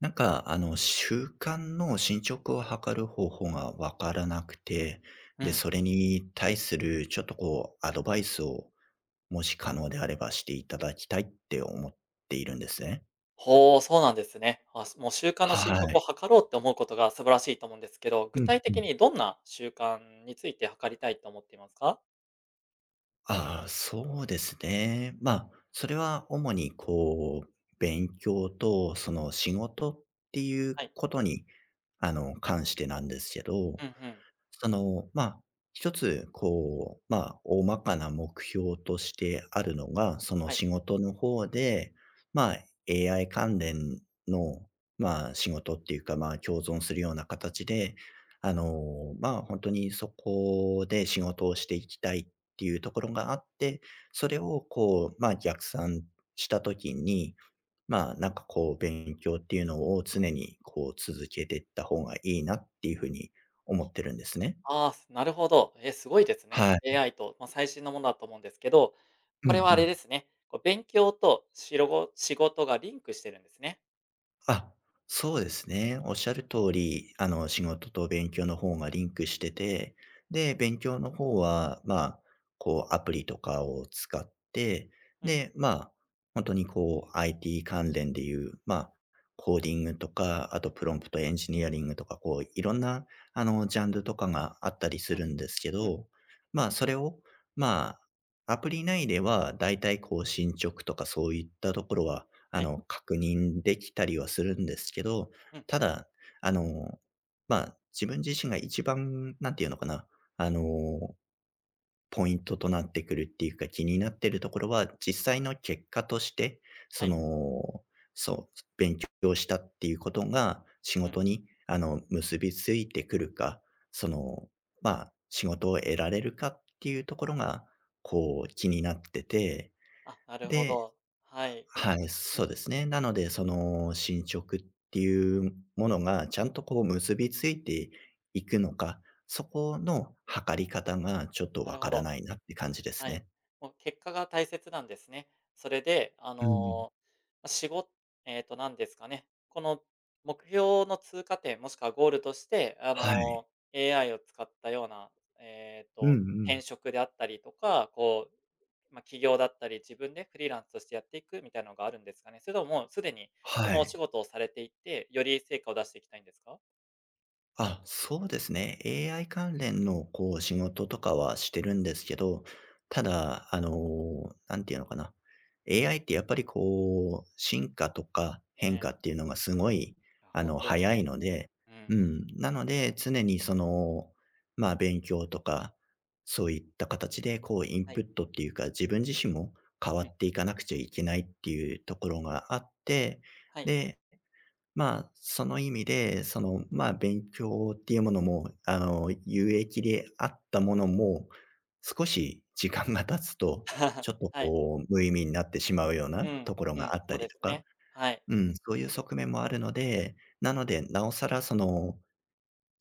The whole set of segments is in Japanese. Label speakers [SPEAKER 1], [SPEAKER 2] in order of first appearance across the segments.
[SPEAKER 1] なんか、習慣の進捗を測る方法がわからなくて、
[SPEAKER 2] う
[SPEAKER 1] で、
[SPEAKER 2] ん。
[SPEAKER 1] それに対するちょっとアドバイスを、もし可能であればしていただきたいって思っているんですね。
[SPEAKER 2] ほお、そうなんですね。あ、もう習慣の進
[SPEAKER 1] は
[SPEAKER 2] 捗を
[SPEAKER 1] い。
[SPEAKER 2] 測ろうって思うことが素晴らしいと思うんですけど、具
[SPEAKER 1] うん
[SPEAKER 2] 体
[SPEAKER 1] う
[SPEAKER 2] 的
[SPEAKER 1] ん。
[SPEAKER 2] にどんな習慣について測りたいと思っていますか？
[SPEAKER 1] ああ、そうですね。それは主に勉強とその仕事っていう
[SPEAKER 2] はい。
[SPEAKER 1] ことに、関してなんですけど、
[SPEAKER 2] うんうん。
[SPEAKER 1] その、まあ、一つ、大まかな目標としてあるのが、その
[SPEAKER 2] はい。
[SPEAKER 1] 仕事の方で、AI 関連の、仕事っていうか、共存するような形で、本当にそこで仕事をしていきたいっていうところがあって、それを逆算した時に、勉強っていうのを常にこう続けていった方がいいなっていう風に思ってるんですね。
[SPEAKER 2] ああ、なるほど。え、すごいですね。
[SPEAKER 1] はい。
[SPEAKER 2] AI と、まあ、最新のものだと思うんですけど、
[SPEAKER 1] う
[SPEAKER 2] これ
[SPEAKER 1] ん
[SPEAKER 2] は
[SPEAKER 1] う
[SPEAKER 2] あれ
[SPEAKER 1] ん。
[SPEAKER 2] ですね、こう勉強とご仕事がリンクしてるんですね。
[SPEAKER 1] あ、そうですね。おっしゃる通り、仕事と勉強の方がリンクしてて、で、勉強の方は、アプリとかを使って、
[SPEAKER 2] うん、
[SPEAKER 1] で、まあ、本当にこう、IT 関連でいう、コーディングとか、あとプロンプトエンジニアリングとか、いろんな、ジャンルとかがあったりす
[SPEAKER 2] うん、
[SPEAKER 1] るんですけ
[SPEAKER 2] うん。
[SPEAKER 1] ど、それを、まアプリ内では、だいたい進捗とかそういったところは、
[SPEAKER 2] はい。
[SPEAKER 1] 確認できたりはするんですけど、
[SPEAKER 2] うん、
[SPEAKER 1] ただ、あの、自分自身が一番、なんていうのかな、あの、ポイントとなってくるっていうか、気になってるところは、実際の結果として、
[SPEAKER 2] は
[SPEAKER 1] そ
[SPEAKER 2] い。
[SPEAKER 1] の、そう、勉強したっていうことが仕
[SPEAKER 2] うん。
[SPEAKER 1] 事に、結びついてくるか、その、仕事を得られるかっていうところが、こう気になってて、
[SPEAKER 2] あ、なるほ
[SPEAKER 1] で、
[SPEAKER 2] ど。はい。
[SPEAKER 1] はい、
[SPEAKER 2] う
[SPEAKER 1] そ
[SPEAKER 2] ん、
[SPEAKER 1] うですね。なので、その進捗っていうものがちゃんとこう結びついていくのか、そこの測り方
[SPEAKER 2] うん。
[SPEAKER 1] がちょっと
[SPEAKER 2] なる
[SPEAKER 1] わ
[SPEAKER 2] ほ
[SPEAKER 1] から
[SPEAKER 2] ど。
[SPEAKER 1] ないなって感じです
[SPEAKER 2] はい。
[SPEAKER 1] ね。
[SPEAKER 2] もう結果が大切なんですね。それで、
[SPEAKER 1] うん。
[SPEAKER 2] ま、なんですかね、この目標の通過点、もしくはゴールとして、
[SPEAKER 1] はい。
[SPEAKER 2] AI を使ったような、
[SPEAKER 1] うんうん。
[SPEAKER 2] 転職であったりとか、こう、ま、起業だったり、自分でフリーランスとしてやっていくみたいなのがあるんですかね？それとも、もうすでにそ
[SPEAKER 1] は
[SPEAKER 2] のお仕
[SPEAKER 1] い。
[SPEAKER 2] 事をされていて、より成果を出していきたいんですか？
[SPEAKER 1] あ、そうですね。AI 関連のこう仕事とかはしてるんですけど、ただ、あのー、なんていうのかな。AI ってやっぱりこう、進化とか変
[SPEAKER 2] ね、
[SPEAKER 1] 化っていうのがすごい、
[SPEAKER 2] いや、ほんとです
[SPEAKER 1] 早
[SPEAKER 2] ね。
[SPEAKER 1] いので、
[SPEAKER 2] う
[SPEAKER 1] う
[SPEAKER 2] ん。
[SPEAKER 1] ん。なので、常にその、勉強とか、そういった形で、イン
[SPEAKER 2] はい。
[SPEAKER 1] プットっていうか、自分自身も変わ
[SPEAKER 2] うん。
[SPEAKER 1] っていかなくちゃいけないっていうところがあって、
[SPEAKER 2] はい。
[SPEAKER 1] で、その意味で、勉強っていうものも、有益であったものも、少し時間が経つと、ちょっ と
[SPEAKER 2] はい。
[SPEAKER 1] 無意味になってしまうような
[SPEAKER 2] うん、
[SPEAKER 1] ところ
[SPEAKER 2] うん、
[SPEAKER 1] があっ
[SPEAKER 2] そ
[SPEAKER 1] た
[SPEAKER 2] う
[SPEAKER 1] り
[SPEAKER 2] です
[SPEAKER 1] とか、
[SPEAKER 2] ね。はい。
[SPEAKER 1] うん、そういう側面もあるので、なので、なおさらその、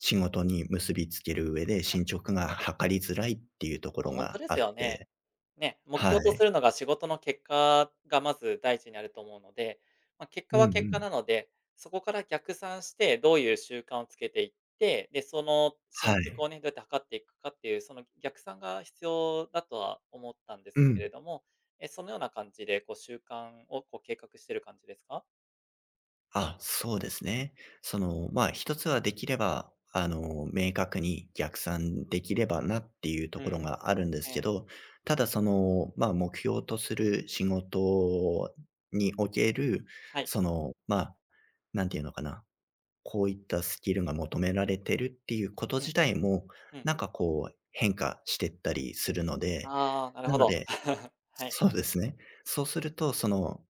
[SPEAKER 1] 仕事に結びつける上で
[SPEAKER 2] うん、
[SPEAKER 1] 進捗が図りづらいっていうとこ
[SPEAKER 2] あ、
[SPEAKER 1] ろ
[SPEAKER 2] ほんと
[SPEAKER 1] が
[SPEAKER 2] で
[SPEAKER 1] あっ
[SPEAKER 2] すよね。
[SPEAKER 1] て、
[SPEAKER 2] ね、目
[SPEAKER 1] は
[SPEAKER 2] 標とす
[SPEAKER 1] い。
[SPEAKER 2] るのが仕事の結果がまず第一にあると思うので、ま、結
[SPEAKER 1] う
[SPEAKER 2] 果
[SPEAKER 1] んう
[SPEAKER 2] は結果
[SPEAKER 1] ん。
[SPEAKER 2] なので、そこから逆算してどういう習慣をつけていって、で、その進
[SPEAKER 1] は
[SPEAKER 2] 捗
[SPEAKER 1] い。
[SPEAKER 2] をね、どうやって測っていくかっていう、その逆算が必要だとは思ったんで
[SPEAKER 1] う
[SPEAKER 2] すけ
[SPEAKER 1] ん。
[SPEAKER 2] れども、え、そのような感じでこう習慣をこう計画してる感じですか？
[SPEAKER 1] あ、そうですね。一つはできれば、明確に逆算できればなっていうと
[SPEAKER 2] う
[SPEAKER 1] ころ
[SPEAKER 2] ん、
[SPEAKER 1] があるんで
[SPEAKER 2] え
[SPEAKER 1] すけ
[SPEAKER 2] え、
[SPEAKER 1] ど、ただその、目標とする仕事における、
[SPEAKER 2] はい。
[SPEAKER 1] その、まあ、なんていうのかな、こういったスキルが求められてるっていうこと
[SPEAKER 2] うん、
[SPEAKER 1] 自体も、
[SPEAKER 2] うん。
[SPEAKER 1] なんかこう変化してったりするので、
[SPEAKER 2] ああ、なる
[SPEAKER 1] な
[SPEAKER 2] ほ
[SPEAKER 1] の
[SPEAKER 2] ど。
[SPEAKER 1] で
[SPEAKER 2] はい。
[SPEAKER 1] そうですね。そうすると、その、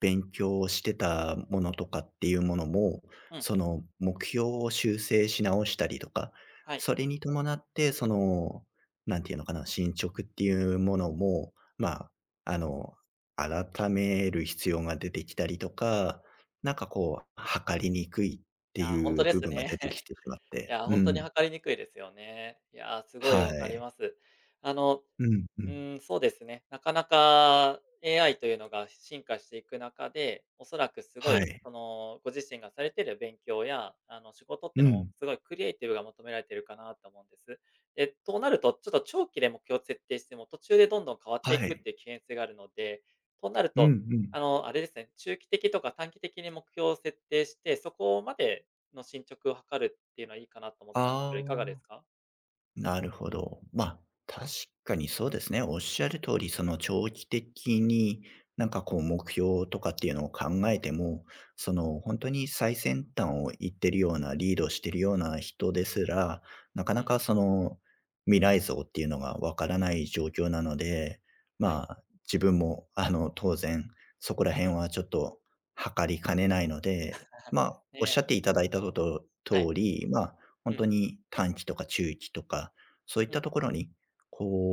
[SPEAKER 1] 勉強をしてたものとかっていうものも、
[SPEAKER 2] うん、
[SPEAKER 1] その、目標を修正し直したりとか、
[SPEAKER 2] はい。
[SPEAKER 1] それに伴って、その、なんていうのかな、進捗っていうものも、
[SPEAKER 2] うん。
[SPEAKER 1] あの、改める必要が出てきたりとか、なんかこう、測りにくいっ
[SPEAKER 2] い
[SPEAKER 1] て
[SPEAKER 2] や、ほん
[SPEAKER 1] い
[SPEAKER 2] と
[SPEAKER 1] う
[SPEAKER 2] で
[SPEAKER 1] 部
[SPEAKER 2] す
[SPEAKER 1] 分が
[SPEAKER 2] ね。
[SPEAKER 1] 出てき てしまっ
[SPEAKER 2] い
[SPEAKER 1] て。
[SPEAKER 2] や、ほ
[SPEAKER 1] う
[SPEAKER 2] んとに
[SPEAKER 1] ん。
[SPEAKER 2] 測りにくいですよね。いや、すごい
[SPEAKER 1] は
[SPEAKER 2] わかり
[SPEAKER 1] い。
[SPEAKER 2] ます。あの、
[SPEAKER 1] うんう
[SPEAKER 2] う
[SPEAKER 1] ん。
[SPEAKER 2] ん、そうですね、なかなか AI というのが進化していく中で、おそらくすご
[SPEAKER 1] は
[SPEAKER 2] い、
[SPEAKER 1] い。
[SPEAKER 2] ご自身がされている勉強や、仕事って
[SPEAKER 1] う
[SPEAKER 2] いうのも、
[SPEAKER 1] ん。
[SPEAKER 2] すごいクリエイティブが求められているかなと思うんです。となると、ちょっと長期で目標を設定しても、途中でどんどん変わってい
[SPEAKER 1] は
[SPEAKER 2] くっ
[SPEAKER 1] い。
[SPEAKER 2] ていう危険性があるので、となる
[SPEAKER 1] うん
[SPEAKER 2] と、
[SPEAKER 1] うん。
[SPEAKER 2] あれですね、中期的とか短期的に目標を設定して、そこまでの進捗を測るっていうのはいいかなと思ったんですけど、
[SPEAKER 1] あ
[SPEAKER 2] いかがです
[SPEAKER 1] あ。
[SPEAKER 2] か？
[SPEAKER 1] なるほど。確かにそうですね。おっしゃる通り、その長期的になんかこう目標とかっていうのを考えても、その本当に最先端を行ってるような、リードしてるような人ですら、なか
[SPEAKER 2] う
[SPEAKER 1] な
[SPEAKER 2] ん、
[SPEAKER 1] かその未来像っていうのがわからない状況なので、
[SPEAKER 2] はい、
[SPEAKER 1] 自分もあの当然そこら
[SPEAKER 2] う
[SPEAKER 1] 辺
[SPEAKER 2] ん、
[SPEAKER 1] はちょっと測りかねないので、
[SPEAKER 2] ね
[SPEAKER 1] おっしゃ
[SPEAKER 2] え、
[SPEAKER 1] っていただいたこと通
[SPEAKER 2] はい、
[SPEAKER 1] り、本
[SPEAKER 2] うん、
[SPEAKER 1] 当に短期とか中期とか、そういっ
[SPEAKER 2] うん、
[SPEAKER 1] たところに、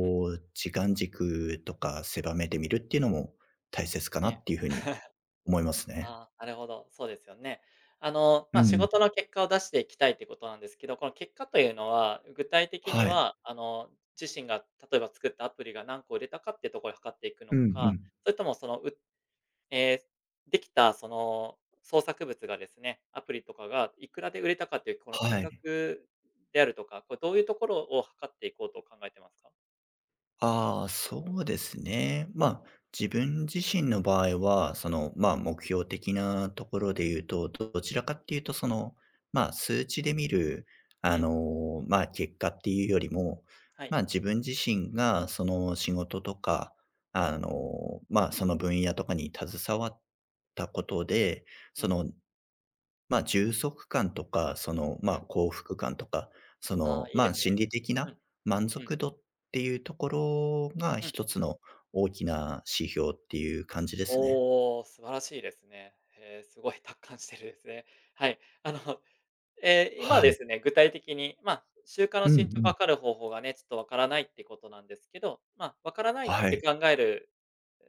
[SPEAKER 2] うん、
[SPEAKER 1] う、時間軸とか狭めてみるっていうのも大切か
[SPEAKER 2] ね
[SPEAKER 1] な
[SPEAKER 2] え。
[SPEAKER 1] っていうふうに 思いますね。
[SPEAKER 2] ああ、なるほど、そうですよね。
[SPEAKER 1] う
[SPEAKER 2] まあ、仕
[SPEAKER 1] ん。
[SPEAKER 2] 事の結果を出していきたいってことなんですけど、この結果というのは、具体的に
[SPEAKER 1] はい。
[SPEAKER 2] は、自身が例えば作ったアプリが何個売れたかっていうところを測っていくの
[SPEAKER 1] うんう
[SPEAKER 2] か、
[SPEAKER 1] ん。
[SPEAKER 2] それともその売っえーできたその創作物がですね、アプリとかがいくらで売れたかっていうこの金
[SPEAKER 1] はい。
[SPEAKER 2] 額であるとか、これどういうところを測っていこうと考えてますか？
[SPEAKER 1] ああ、そうですね。自分自身の場合は、目標的なところで言うと、どちらかっていうと、数値で見る、
[SPEAKER 2] うん、
[SPEAKER 1] 結果っていうよりも、
[SPEAKER 2] はい。
[SPEAKER 1] 自分自身が、その仕事とか、その分野とかに携わったことで、
[SPEAKER 2] う
[SPEAKER 1] そ
[SPEAKER 2] ん、
[SPEAKER 1] の、充足感とか、
[SPEAKER 2] うん。
[SPEAKER 1] 幸福感とか、
[SPEAKER 2] ああ、いいです
[SPEAKER 1] 心
[SPEAKER 2] ね。
[SPEAKER 1] 理的
[SPEAKER 2] うん、
[SPEAKER 1] な満
[SPEAKER 2] うん、
[SPEAKER 1] 足度っていうところが
[SPEAKER 2] うん。
[SPEAKER 1] 一つの大きな指標っていう感じですね。
[SPEAKER 2] おー素晴らしいですね。すごい達観してるですね。はい。
[SPEAKER 1] は
[SPEAKER 2] 今で
[SPEAKER 1] い。
[SPEAKER 2] すね、具体的に、ま、習慣の
[SPEAKER 1] うんう
[SPEAKER 2] 進捗を
[SPEAKER 1] ん。
[SPEAKER 2] 測る方法がね、ちょっとわからないってことなんですけど、ま、わからないっ
[SPEAKER 1] は
[SPEAKER 2] て
[SPEAKER 1] い。
[SPEAKER 2] 考える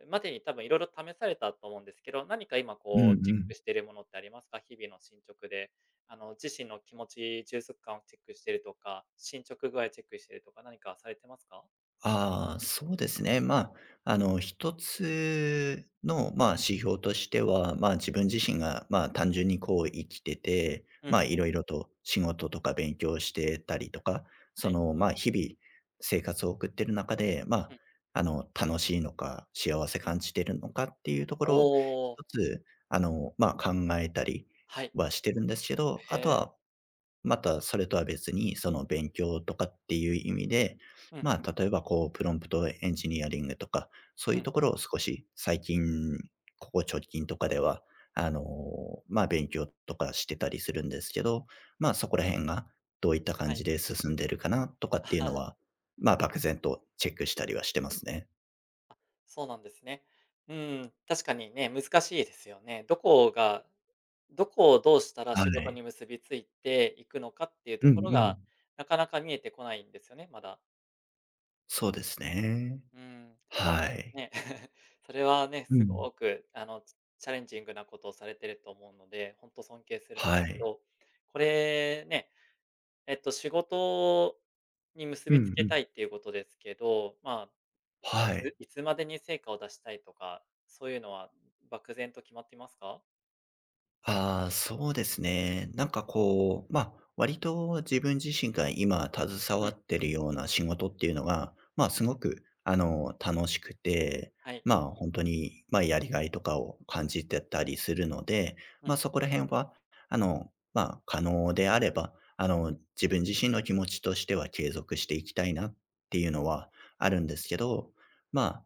[SPEAKER 2] までに多分いろいろ試されたと思うんですけど、何か今
[SPEAKER 1] うん
[SPEAKER 2] こ
[SPEAKER 1] う
[SPEAKER 2] うチェック
[SPEAKER 1] ん。
[SPEAKER 2] しているものってありますか？日々の進捗で。自身の気持ち、充足感をチェックしてるとか、進捗具合チェックしてるとか、何かされてますか？
[SPEAKER 1] ああ、そうですね。一つの、指標としては、自分自身が、単純にこう生きてて、
[SPEAKER 2] うん、
[SPEAKER 1] いろいろと仕事とか勉強してたりとか、
[SPEAKER 2] はい。
[SPEAKER 1] 日々生活を送ってる中で、
[SPEAKER 2] うん、
[SPEAKER 1] 楽しいのか、幸せ
[SPEAKER 2] うん。
[SPEAKER 1] 感じてるのかっていうところを
[SPEAKER 2] おお、
[SPEAKER 1] 一つ、考えたり
[SPEAKER 2] はい。
[SPEAKER 1] はしてるんですけど、
[SPEAKER 2] へ
[SPEAKER 1] あと
[SPEAKER 2] え。
[SPEAKER 1] はまた、それとは別に、その勉強とかっていう意味で、
[SPEAKER 2] うん、
[SPEAKER 1] 例えばこう、プロンプトエンジニアリングとか、そう
[SPEAKER 2] う
[SPEAKER 1] いう
[SPEAKER 2] ん、
[SPEAKER 1] ところを少し最近、ここ直近とかでは、あの、勉強とかしてたりするんですけど、そこら辺がどういった
[SPEAKER 2] は
[SPEAKER 1] 感じ
[SPEAKER 2] い。
[SPEAKER 1] で進んでるかなとか っ
[SPEAKER 2] あ
[SPEAKER 1] ていう
[SPEAKER 2] は
[SPEAKER 1] の
[SPEAKER 2] は、
[SPEAKER 1] は、漠然とチェックしたりはしてますね。
[SPEAKER 2] そうなんですね。うん、確かにね、難しいですよね。どこをどうしたら
[SPEAKER 1] は
[SPEAKER 2] 仕事
[SPEAKER 1] い。
[SPEAKER 2] に結びついていくのかっていうと
[SPEAKER 1] うんう
[SPEAKER 2] ころが、
[SPEAKER 1] ん。
[SPEAKER 2] なかなか見えてこないんですよね、まだ。
[SPEAKER 1] そうですね。
[SPEAKER 2] うん、
[SPEAKER 1] はい。
[SPEAKER 2] ね、それはね、
[SPEAKER 1] う
[SPEAKER 2] す
[SPEAKER 1] ん。
[SPEAKER 2] ごく、チャレンジングなことをされてると思うので、本当尊敬するんで
[SPEAKER 1] は
[SPEAKER 2] すけ
[SPEAKER 1] い。
[SPEAKER 2] ど、これね、仕事に結
[SPEAKER 1] う
[SPEAKER 2] びつ
[SPEAKER 1] んう
[SPEAKER 2] けた
[SPEAKER 1] ん。
[SPEAKER 2] いっていうことですけど、まあ、い
[SPEAKER 1] はい。
[SPEAKER 2] ついつまでに成果を出したいとか、そういうのは漠然と決まっていますか？
[SPEAKER 1] ああ、そうですね。なんかこう、割と自分自身が今携
[SPEAKER 2] う
[SPEAKER 1] わ
[SPEAKER 2] ん、
[SPEAKER 1] ってるような仕事っていうのが、すごく、楽しくて、
[SPEAKER 2] はい。
[SPEAKER 1] まあ、本当に、まあ、やりがいとかを感じてたりするので、
[SPEAKER 2] うん、
[SPEAKER 1] そこら辺は、可能であれば、
[SPEAKER 2] うん、
[SPEAKER 1] 自分自身の気持ちとしては継続していきたいなっていうのはあるんですけど、まあ、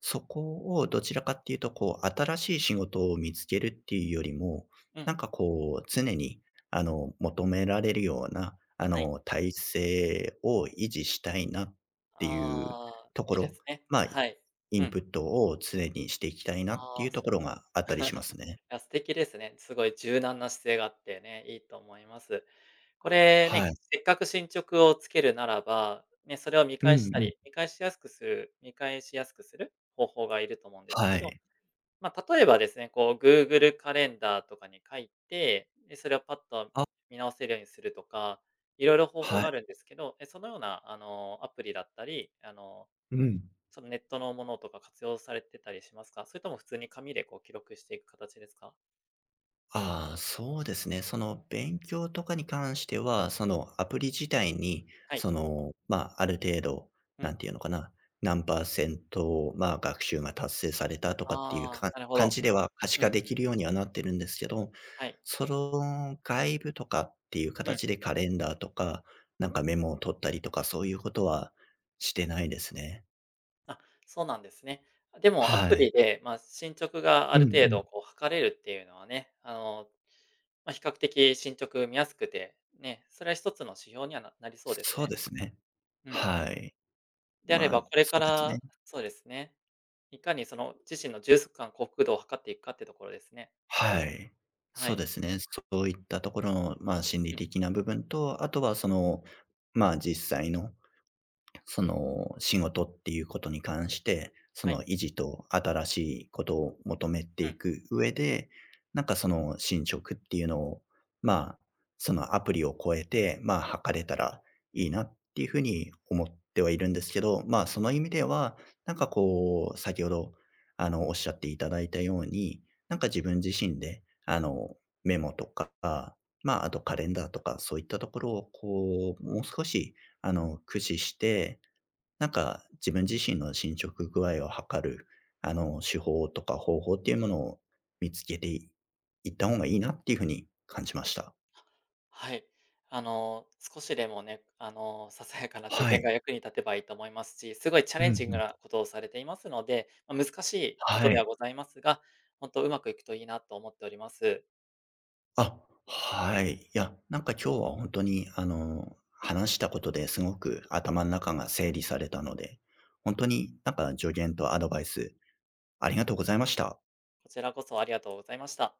[SPEAKER 1] そこをどちらかっていうと、新しい仕事を見つけるっていうよりも、
[SPEAKER 2] うん、
[SPEAKER 1] なんかこう、常に、求められるような、
[SPEAKER 2] はい。
[SPEAKER 1] 体制を維持したいなっていう
[SPEAKER 2] ああ、
[SPEAKER 1] とこ
[SPEAKER 2] いいで
[SPEAKER 1] ろ、
[SPEAKER 2] すね。
[SPEAKER 1] まあ、
[SPEAKER 2] はい。
[SPEAKER 1] イ
[SPEAKER 2] う
[SPEAKER 1] ン
[SPEAKER 2] ん。
[SPEAKER 1] プットを常にしていきたいなって
[SPEAKER 2] あ
[SPEAKER 1] い
[SPEAKER 2] あ、
[SPEAKER 1] うところがあったりしますね。
[SPEAKER 2] いや、素敵ですね。すごい柔軟な姿勢があってね、いいと思います。これね、
[SPEAKER 1] はい。
[SPEAKER 2] せっかく進捗をつけるならば、ね、それを見
[SPEAKER 1] う
[SPEAKER 2] 返
[SPEAKER 1] ん
[SPEAKER 2] した
[SPEAKER 1] うん。
[SPEAKER 2] り、見返しやすくする方法がいると思うんです
[SPEAKER 1] は
[SPEAKER 2] けど、
[SPEAKER 1] い。
[SPEAKER 2] まあ、例えばですね、こう Google カレンダーとかに書いて、で、それをパッと
[SPEAKER 1] あ、
[SPEAKER 2] 見直せるようにするとか、いろいろ方法
[SPEAKER 1] は
[SPEAKER 2] が
[SPEAKER 1] い。
[SPEAKER 2] あるんですけど、え、そのような、アプリだったり、
[SPEAKER 1] うん。
[SPEAKER 2] そのネットのものとか活用されてたりしますか？それとも普通に紙でこう記録していく形ですか？
[SPEAKER 1] ああ、そうですね。その勉強とかに関しては、そのアプリ自体に、
[SPEAKER 2] はい。
[SPEAKER 1] ある程度、
[SPEAKER 2] う
[SPEAKER 1] な
[SPEAKER 2] ん。
[SPEAKER 1] んていうのかな、何パーセント、学習が達成されたとかっていう
[SPEAKER 2] ああ、
[SPEAKER 1] か
[SPEAKER 2] なるほ
[SPEAKER 1] 感じ
[SPEAKER 2] ど。
[SPEAKER 1] では可視
[SPEAKER 2] う
[SPEAKER 1] 化
[SPEAKER 2] ん。
[SPEAKER 1] できるようにはなってるんですけど、
[SPEAKER 2] はい。
[SPEAKER 1] その外部とかっていう
[SPEAKER 2] うん。
[SPEAKER 1] 形でカレンダーとか、なんかメモを取ったりとか、そういうことはしてないですね。
[SPEAKER 2] あ、そうなんですね。でもアプ
[SPEAKER 1] は
[SPEAKER 2] リ
[SPEAKER 1] い。
[SPEAKER 2] で、ま、進捗があ
[SPEAKER 1] うんう
[SPEAKER 2] る程
[SPEAKER 1] ん。
[SPEAKER 2] 度こう測れるっていうのはね、まあ、比較的進捗見やすくて、ね、それは一つの指標にはなりそうです
[SPEAKER 1] そう
[SPEAKER 2] ね。
[SPEAKER 1] ですね。
[SPEAKER 2] うんうん。
[SPEAKER 1] はい。
[SPEAKER 2] であれば、これ
[SPEAKER 1] そ
[SPEAKER 2] か
[SPEAKER 1] うですね。
[SPEAKER 2] らそうですね、いかにその自身の充足感幸福度を測っていくかってところですね。
[SPEAKER 1] はい。
[SPEAKER 2] は
[SPEAKER 1] そう
[SPEAKER 2] い。
[SPEAKER 1] ですね。そういったところの、心理
[SPEAKER 2] うん、
[SPEAKER 1] 的な部分と、あとはその、実際のその仕事っていうことに関して、そ
[SPEAKER 2] は
[SPEAKER 1] の
[SPEAKER 2] い。
[SPEAKER 1] 維持と新しいことを求めて
[SPEAKER 2] う
[SPEAKER 1] い
[SPEAKER 2] ん。
[SPEAKER 1] く上で、なんかその進捗っていうのを、まあ、そのアプリを超えて、測れたらいいなっていうふうに思ってはいるんですけど、その意味では、なんかこう、先ほど、おっしゃっていただいたように、なんか自分自身で、メモとか、あとカレンダーとか、そういったところを、もう少し駆使して、なんか自分自身の進捗具合を測る、手法とか方法っていうものを見つけていいった方がいいなっていう風に感じました。
[SPEAKER 2] はい。少しでもね、ささやかな助
[SPEAKER 1] は
[SPEAKER 2] 言
[SPEAKER 1] い。
[SPEAKER 2] が役に立てばいいと思いますし、すごいチャ
[SPEAKER 1] う
[SPEAKER 2] レ
[SPEAKER 1] ん
[SPEAKER 2] ン
[SPEAKER 1] う
[SPEAKER 2] ジング
[SPEAKER 1] ん。
[SPEAKER 2] なことをされていますので、まあ、難しいこと
[SPEAKER 1] は
[SPEAKER 2] では
[SPEAKER 1] い。
[SPEAKER 2] ございますが、本当うまくいくといいなと思っております。
[SPEAKER 1] あ、はい。いや、なんか今日は本当に、話したことですごく頭の中が整理されたので、本当になんか助言とアドバイスありがとうございました。
[SPEAKER 2] こちらこそありがとうございました。